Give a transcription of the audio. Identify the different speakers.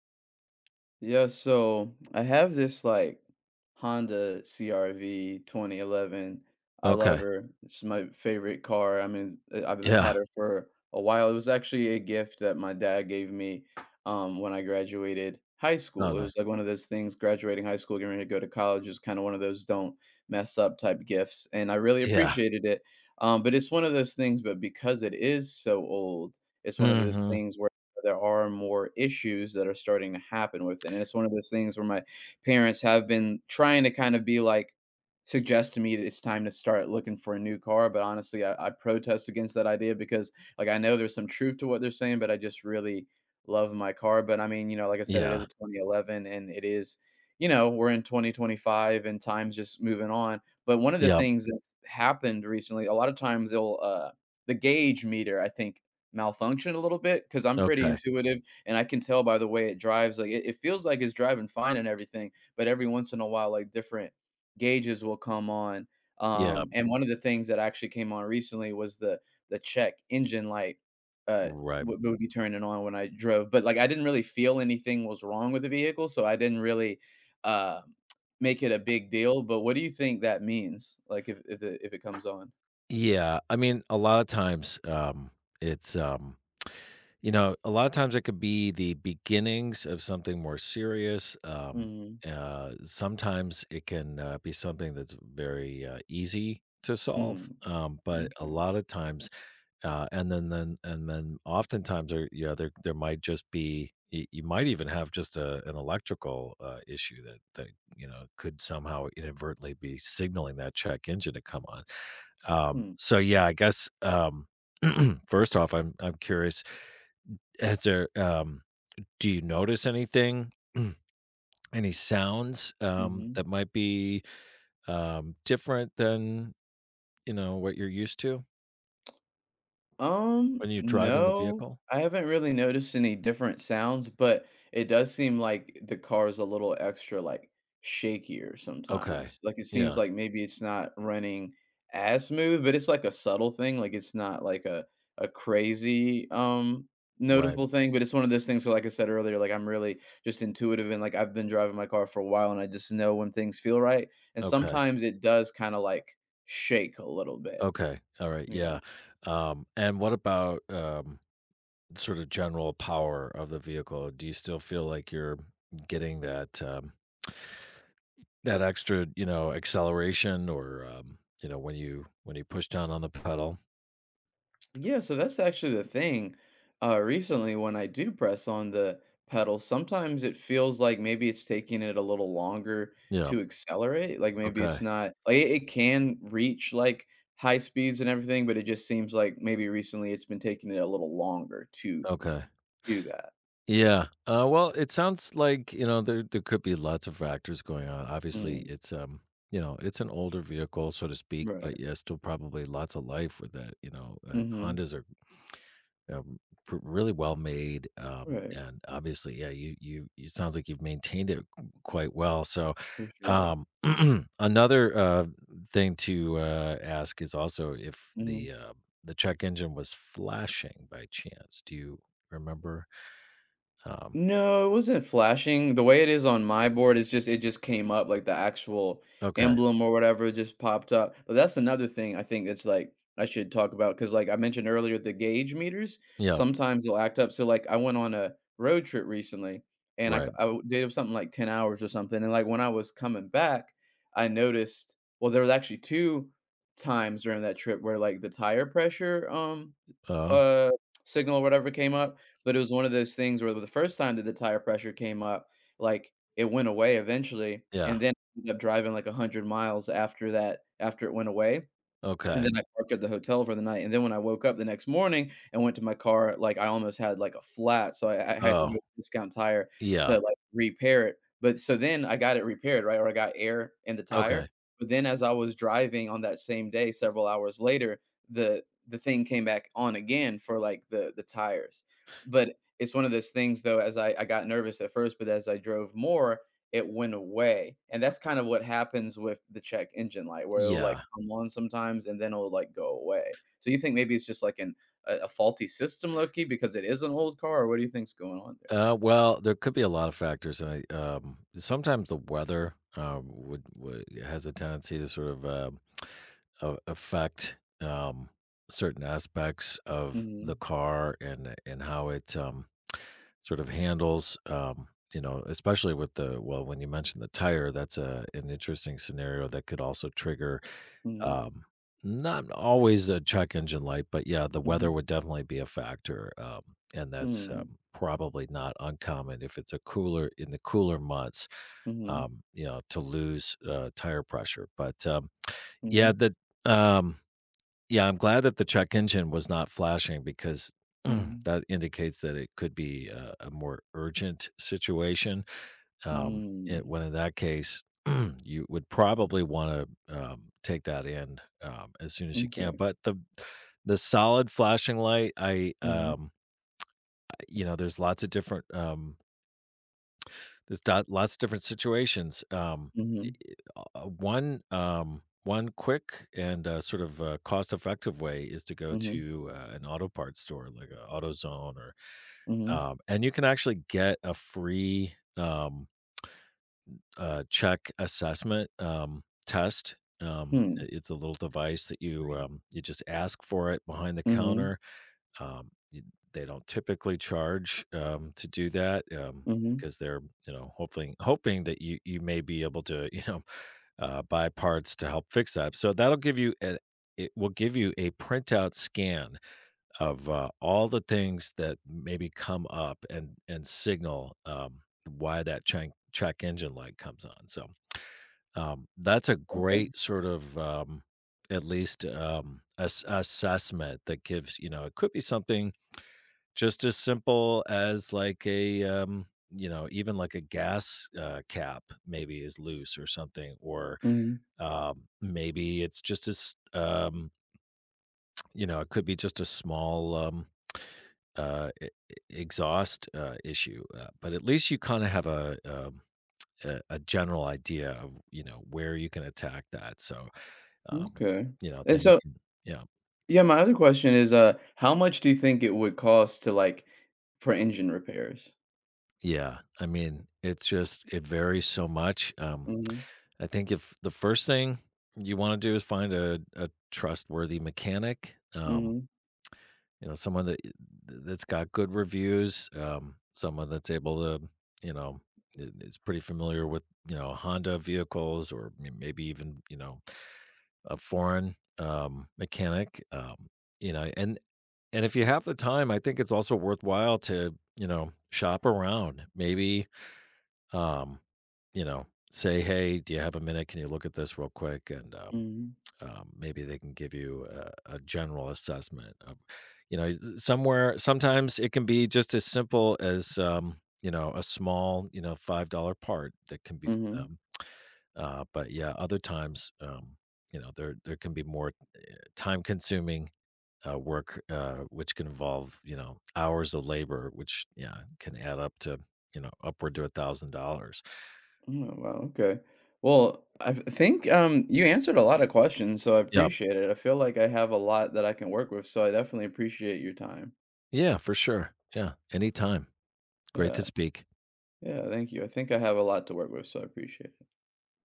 Speaker 1: Yeah, so I have this like Honda CRV, 2011. I love
Speaker 2: Okay.
Speaker 1: her. It's my favorite car. I've had
Speaker 2: Yeah.
Speaker 1: her for a while. It was actually a gift that my dad gave me when I graduated high
Speaker 2: No.
Speaker 1: school. It
Speaker 2: No.
Speaker 1: was like one of those things, graduating high school, getting ready to go to college is kind of one of those don't mess up type gifts. And I really
Speaker 2: Yeah.
Speaker 1: appreciated it. But it's one of those things, but because it is so old, it's one of those
Speaker 2: Mhm.
Speaker 1: things where there are more issues that are starting to happen with it. And it's one of those things where my parents have been trying to kind of be like, suggest to me that it's time to start looking for a new car. But honestly, I protest against that idea because, like, I know there's some truth to what they're saying, but I just really love my car. But I mean, you know, like I said, it is
Speaker 2: Yeah.
Speaker 1: a 2011 and it is, you know, we're in 2025 and time's just moving on. But one of the
Speaker 2: Yep.
Speaker 1: things that's happened recently, a lot of times the gauge meter, I think, malfunction a little bit because 'cause I'm pretty
Speaker 2: Okay.
Speaker 1: intuitive, and I can tell by the way it drives, like, it feels like it's driving fine and everything, but every once in a while, like, different gauges will come on,
Speaker 2: Yeah.
Speaker 1: and one of the things that actually came on recently was the check engine light, uh,
Speaker 2: Right.
Speaker 1: would be turning on when I drove, but, like, I didn't really feel anything was wrong with the vehicle, so I didn't really, um, make it a big deal, but what do you think that means? Like, if it comes on?
Speaker 2: Yeah. I mean, a lot of times, it's, um, you know, a lot of times it could be the beginnings of something more serious.
Speaker 1: Mhm.
Speaker 2: Sometimes it can be something that's very easy to
Speaker 1: Hmm.
Speaker 2: solve. But a
Speaker 1: M'kay.
Speaker 2: lot of times and then oftentimes there yeah there might just be you might even have just a, an electrical issue that you know could somehow inadvertently be signaling that check engine to come on. Um,
Speaker 1: Hmm.
Speaker 2: so yeah, I guess first off, I'm curious. Has there Do you notice anything, any sounds
Speaker 1: Mhm.
Speaker 2: that might be different than you know what you're used to when you're driving the
Speaker 1: No,
Speaker 2: vehicle?
Speaker 1: I haven't really noticed any different sounds, but it does seem like the car is a little extra like shakier
Speaker 2: Okay,
Speaker 1: sometimes. Like it seems
Speaker 2: yeah,
Speaker 1: like maybe it's not running as smooth, but it's like a subtle thing. Like it's not like a crazy
Speaker 2: right.
Speaker 1: noticeable thing, but it's one of those things. So like I said earlier, like I'm really just intuitive and like I've been driving my car for a while and I just know when things feel right. And
Speaker 2: Okay.
Speaker 1: sometimes it does kind of like shake a little bit.
Speaker 2: Okay. All right.
Speaker 1: Yeah.
Speaker 2: Yeah. And what about sort of general power of the vehicle? Do you still feel like you're getting that that extra, you know, acceleration, or you know, when you push down on the pedal?
Speaker 1: Yeah, so that's actually the thing. Recently, when I do press on the pedal, sometimes it feels like maybe it's taking it a little longer
Speaker 2: Yeah.
Speaker 1: to accelerate. Like maybe it's
Speaker 2: Okay.
Speaker 1: not, like it can reach like high speeds and everything, but it just seems like maybe recently it's been taking it a little longer to
Speaker 2: Okay.
Speaker 1: do that.
Speaker 2: Yeah. Well, it sounds like you know there could be lots of factors going on. Obviously,
Speaker 1: Mm,
Speaker 2: it's you know it's an older vehicle, so to speak,
Speaker 1: right.
Speaker 2: but yeah, still probably lots of life with that. You know,
Speaker 1: Hmm.
Speaker 2: Hondas are um, r really well made,
Speaker 1: Right.
Speaker 2: and obviously, yeah, you It sounds like you've maintained it q quite well, so,
Speaker 1: For sure.
Speaker 2: um, another, thing to, ask is also if
Speaker 1: Mm-hmm.
Speaker 2: the, the check engine was flashing by chance. Do you remember? Um,
Speaker 1: No, it wasn't flashing. The way it is on my board is just it just came up, like, the actual
Speaker 2: okay.
Speaker 1: emblem or whatever just popped up. But that's another thing I think that's, like, I should talk about because like, I mentioned earlier, the gauge meters,
Speaker 2: Yeah.
Speaker 1: sometimes they'll act up. So, like, I went on a road trip recently, and I c
Speaker 2: Right.
Speaker 1: I w did something like 10 hours or something, and, like, when I was coming back, I noticed well, there was actually 2 times during that trip where, like, the tire pressure,
Speaker 2: Oh,
Speaker 1: uh, signal or whatever came up, but it was one of those things where the first time that the tire pressure came up, like, it went away eventually,
Speaker 2: yeah.
Speaker 1: and then I ended up driving like 100 miles after that after it went away, and
Speaker 2: Okay.
Speaker 1: then I parked at the hotel for the night, and then when I woke up the next morning and went to my car, like, I almost had, like, a flat, so I had to go
Speaker 2: Oh,
Speaker 1: to Discount Tire to,
Speaker 2: yeah.
Speaker 1: like, repair it. But so then I got it repaired, right, or I got air in the tire,
Speaker 2: Okay.
Speaker 1: but then as I was driving on that same day several hours later, the thing came back on again for, like, the tires. But it's one of those things, though, as I got nervous at first, but as I drove more, it went away. And that's kind of what happens with the check engine light, where it'll like
Speaker 2: Yeah.
Speaker 1: come on sometimes and then it'll like go away. So you think maybe it's just like a faulty system, low key, because it is an old car, or what do you think's going on there?
Speaker 2: Well, there could be a lot of factors. I sometimes the weather would has a tendency to sort of affect certain aspects of
Speaker 1: Mm-hmm.
Speaker 2: the car and how it sort of handles. You know, especially with the well, when you mentioned the tire, that's a an interesting scenario that could also trigger
Speaker 1: Mm-hmm.
Speaker 2: um, not always a check engine light, but yeah, the weather would definitely be a factor, and that's,
Speaker 1: Mm-hmm.
Speaker 2: probably not uncommon if it's a cooler in the cooler months,
Speaker 1: Mm-hmm.
Speaker 2: you know, to lose, tire pressure, but,
Speaker 1: Mm-hmm.
Speaker 2: yeah, the um, yeah, I'm glad that the check engine was not flashing because
Speaker 1: Mm-hmm.
Speaker 2: that indicates that it could be a more urgent situation, um, it,
Speaker 1: Mm-hmm.
Speaker 2: when in that case, you would probably want to take that in as soon as you can.
Speaker 1: Okay.
Speaker 2: But the solid flashing light, I
Speaker 1: Mm-hmm.
Speaker 2: you know, there's lots of different lots of different situations.
Speaker 1: Mm-hmm.
Speaker 2: I- i- One one quick and sort of cost effective way is to go
Speaker 1: Mm-hmm.
Speaker 2: to an auto parts store like a AutoZone or
Speaker 1: Mm-hmm.
Speaker 2: and you can actually get a free check assessment test.
Speaker 1: Hmm.
Speaker 2: It's a little device that you you just ask for it behind the
Speaker 1: Mm-hmm.
Speaker 2: counter. Um, y- they don't typically charge to do that
Speaker 1: Mm-hmm.
Speaker 2: because they're you know hoping that you may be able to you know buy parts to help fix that. So that'll give you an it will give you a printout scan of all the things that maybe come up and signal why that check engine light comes on. So that's a
Speaker 1: Okay.
Speaker 2: great sort of, at least, assessment that gives you know, it could be something just as simple as like a, you know, even like a gas, cap maybe is loose or something, or,
Speaker 1: Mm-hmm.
Speaker 2: maybe it's just as, you know, it could be just a small, e e exhaust, issue, but at least you kinda have a, a general idea of, you know, where you can attack that, so um,
Speaker 1: Okay.
Speaker 2: you know,
Speaker 1: And
Speaker 2: then you
Speaker 1: so
Speaker 2: can yeah.
Speaker 1: Yeah, my other question is, how much do you think it would cost to like for engine repairs?
Speaker 2: Yeah, I mean, it's just it varies so much.
Speaker 1: Mhm.
Speaker 2: I think if the first thing you wanna do is find a trustworthy mechanic,
Speaker 1: Mhm.
Speaker 2: you know, someone that that's got good reviews, someone that's able to, you know, I is pretty familiar with, you know, Honda vehicles or m maybe even, you know, a foreign, mechanic, you know, and if you have the time, I think it's also worthwhile to, you know, shop around. Maybe, um, you know, say, "Hey, do you have a minute? Can you look at this real quick?" And
Speaker 1: Mhm.
Speaker 2: maybe they can give you a general assessment of, you know, somewhere. Sometimes it can be just as simple as, you know, a small, you know, $5 part that can be.
Speaker 1: Mhm.
Speaker 2: Um, but yeah, other times, you know, there can be more time consuming work, which can involve you know hours of labor, which yeah can add up to you know upward to $1,000.
Speaker 1: Oh, wow, okay. Well, think you answered a lot of questions, so I
Speaker 2: Yeah,
Speaker 1: appreciate it. I feel like I have a lot that I can work with, so I definitely appreciate your time.
Speaker 2: yeah, for sure. Yeah, anytime. Great to
Speaker 1: Yeah.
Speaker 2: speak.
Speaker 1: Yeah, thank you. I think I have a lot to work with, so I appreciate it.